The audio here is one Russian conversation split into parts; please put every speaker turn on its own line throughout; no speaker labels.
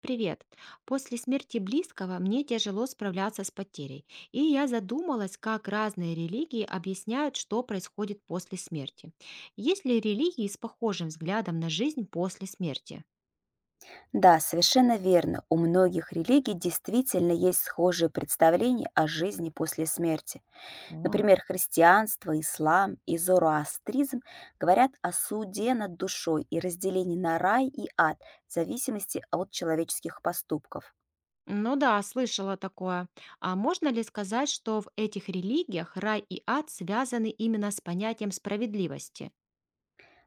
Привет. После смерти близкого мне тяжело справляться с потерей, и я задумалась, как разные религии объясняют, что происходит после смерти. Есть ли религии с похожим взглядом на жизнь после смерти?
Да, совершенно верно. У многих религий действительно есть схожие представления о жизни после смерти.
О.
Например, христианство, ислам и зороастризм говорят о суде над душой и разделении на рай и ад в зависимости от человеческих поступков.
Ну да, слышала такое. А можно ли сказать, что в этих религиях рай и ад связаны именно с понятием справедливости?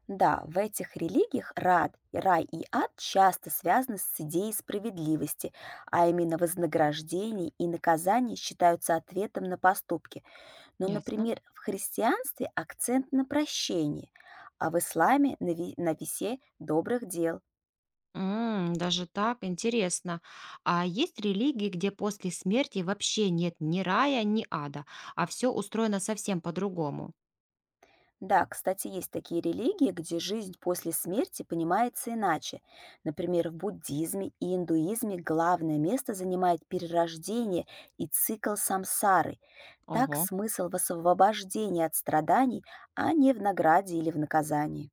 Да, в этих религиях рай и ад часто связаны с идеей справедливости, а именно вознаграждение и наказание считаются ответом на поступки. Но,
Ясно.
например, в христианстве акцент на прощении, а в исламе на, на весе добрых дел.
М, даже так, интересно. А есть религии, где после смерти вообще нет ни рая, ни ада, а все устроено совсем по-другому?
Да, кстати, есть такие религии, где жизнь после смерти понимается иначе. Например, в буддизме и индуизме главное место занимает перерождение и цикл самсары. Так
Ого.
смысл в освобождении от страданий, а не в награде или в наказании.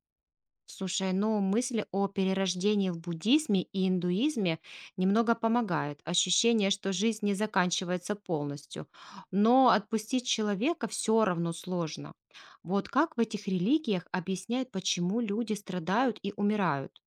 Слушай, ну мысли о перерождении в буддизме и индуизме немного помогают. Ощущение, что жизнь не заканчивается полностью. Но отпустить человека все равно сложно. Вот как в этих религиях объясняют, почему люди страдают и умирают?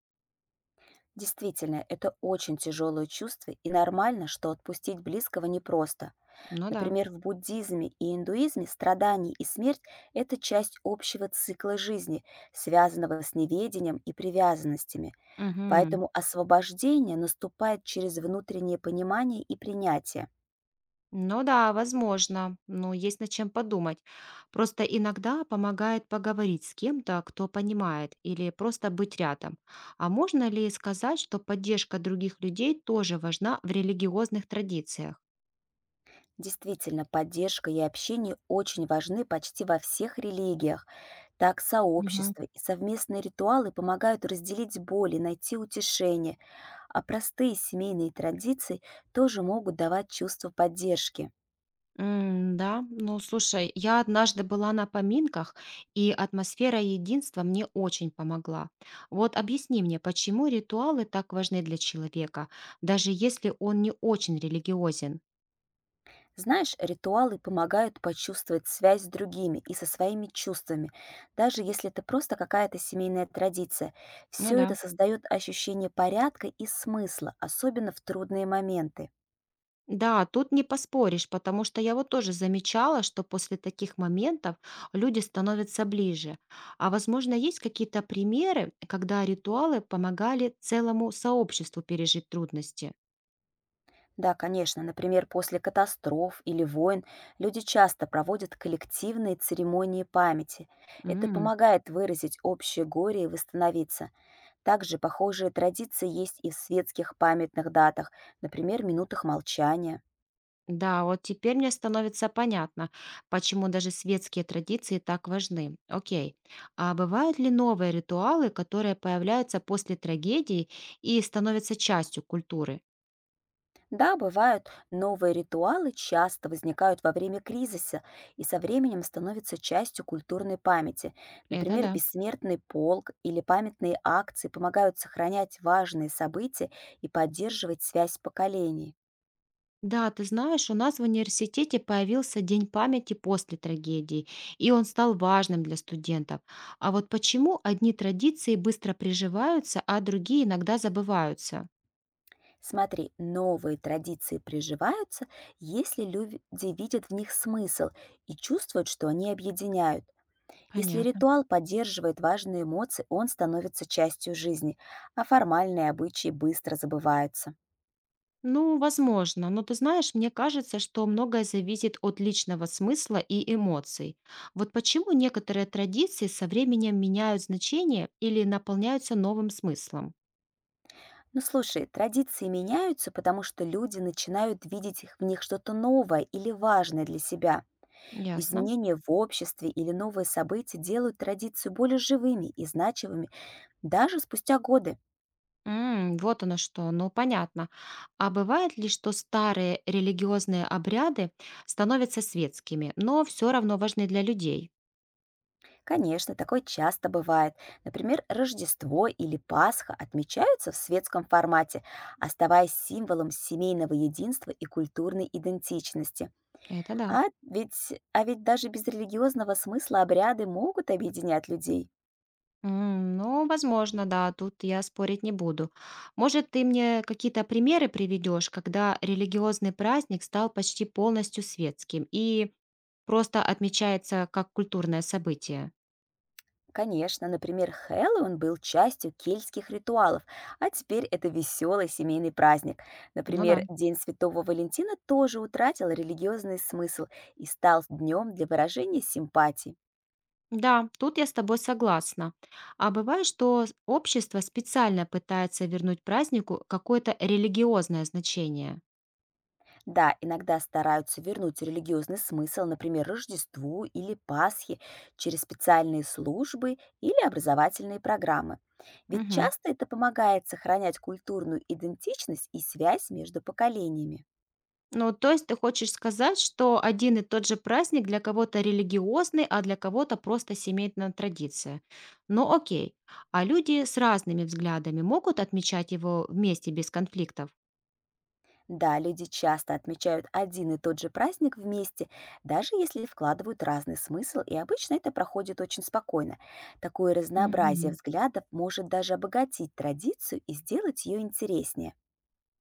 Действительно, это очень тяжелое чувство, и нормально, что отпустить близкого непросто.
Ну да.
Например, в буддизме и индуизме страдание и смерть – это часть общего цикла жизни, связанного с неведением и привязанностями.
Мгм.
Поэтому освобождение наступает через внутреннее понимание и принятие.
Ну да, возможно, но есть над чем подумать. Просто иногда помогает поговорить с кем-то, кто понимает, или просто быть рядом. А можно ли сказать, что поддержка других людей тоже важна в религиозных традициях?
Действительно, поддержка и общение очень важны почти во всех религиях. Так
Мгм.
сообщества и совместные ритуалы помогают разделить боль и найти утешение, а простые семейные традиции тоже могут давать чувство поддержки.
М, да, ну слушай, я однажды была на поминках, и атмосфера единства мне очень помогла. Вот объясни мне, почему ритуалы так важны для человека, даже если он не очень религиозен?
Знаешь, ритуалы помогают почувствовать связь с другими и со своими чувствами, даже если это просто какая-то семейная традиция.
Ну
Все это
да.
создает ощущение порядка и смысла, особенно в трудные моменты.
Да, тут не поспоришь, потому что я вот тоже замечала, что после таких моментов люди становятся ближе. А возможно, есть какие-то примеры, когда ритуалы помогали целому сообществу пережить трудности?
Да, конечно, например, после катастроф или войн люди часто проводят коллективные церемонии памяти. Это
М.
помогает выразить общее горе и восстановиться. Также похожие традиции есть и в светских памятных датах, например, минутах молчания.
Да, вот теперь мне становится понятно, почему даже светские традиции так важны. Окей. А бывают ли новые ритуалы, которые появляются после трагедии и становятся частью культуры?
Да, бывают новые ритуалы, часто возникают во время кризиса и со временем становятся частью культурной памяти.
Это
Например,
да.
бессмертный полк или памятные акции помогают сохранять важные события и поддерживать связь поколений.
Да, ты знаешь, у нас в университете появился День памяти после трагедии, и он стал важным для студентов. А вот почему одни традиции быстро приживаются, а другие иногда забываются?
Смотри, новые традиции приживаются, если люди видят в них смысл и чувствуют, что они объединяют. Если
Понятно.
ритуал поддерживает важные эмоции, он становится частью жизни, а формальные обычаи быстро забываются.
Ну, возможно, но ты знаешь, мне кажется, что многое зависит от личного смысла и эмоций. Вот почему некоторые традиции со временем меняют значение или наполняются новым смыслом?
Ну слушай, традиции меняются, потому что люди начинают видеть в них что-то новое или важное для себя.
Ясно.
Изменения в обществе или новые события делают традицию более живыми и значимыми даже спустя годы.
М, вот оно что, ну понятно. А бывает ли, что старые религиозные обряды становятся светскими, но все равно важны для людей?
Конечно, такое часто бывает. Например, Рождество или Пасха отмечаются в светском формате, оставаясь символом семейного единства и культурной идентичности.
Это да.
А ведь, а ведь даже без религиозного смысла обряды могут объединять людей.
М, ну, возможно, да, тут я спорить не буду. Может, ты мне какие-то примеры приведешь, когда религиозный праздник стал почти полностью светским и просто отмечается как культурное событие?
Конечно, например, Хэллоуин был частью кельтских ритуалов, а теперь это веселый семейный праздник.
Ну да.
Например, День Святого Валентина тоже утратил религиозный смысл и стал днем для выражения симпатии.
Да, тут я с тобой согласна. А бывает, что общество специально пытается вернуть празднику какое-то религиозное значение.
Да, иногда стараются вернуть религиозный смысл, например, Рождеству или Пасхе, через специальные службы или образовательные программы. Ведь
Мгм.
часто это помогает сохранять культурную идентичность и связь между поколениями.
Ну, то есть ты хочешь сказать, что один и тот же праздник для кого-то религиозный, а для кого-то просто семейная традиция. Ну, окей. А люди с разными взглядами могут отмечать его вместе без конфликтов?
Да, люди часто отмечают один и тот же праздник вместе, даже если вкладывают разный смысл, и обычно это проходит очень спокойно. Такое разнообразие
Мгм.
взглядов может даже обогатить традицию и сделать ее интереснее.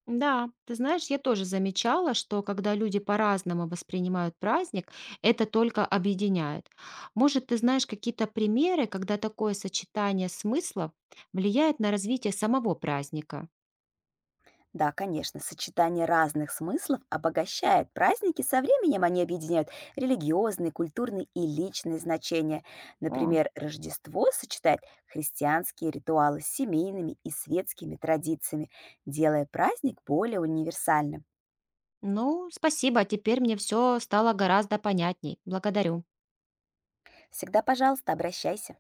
Да, ты знаешь, я тоже замечала, что когда люди по-разному воспринимают праздник, это только объединяет. Может, ты знаешь какие-то примеры, когда такое сочетание смыслов влияет на развитие самого праздника?
Да, конечно, сочетание разных смыслов обогащает праздники, со временем они объединяют религиозные, культурные и личные значения.
О,
Например, Рождество сочетает христианские ритуалы с семейными и светскими традициями, делая праздник более универсальным.
ну, спасибо, теперь мне все стало гораздо понятней. Благодарю.
Всегда, пожалуйста, обращайся.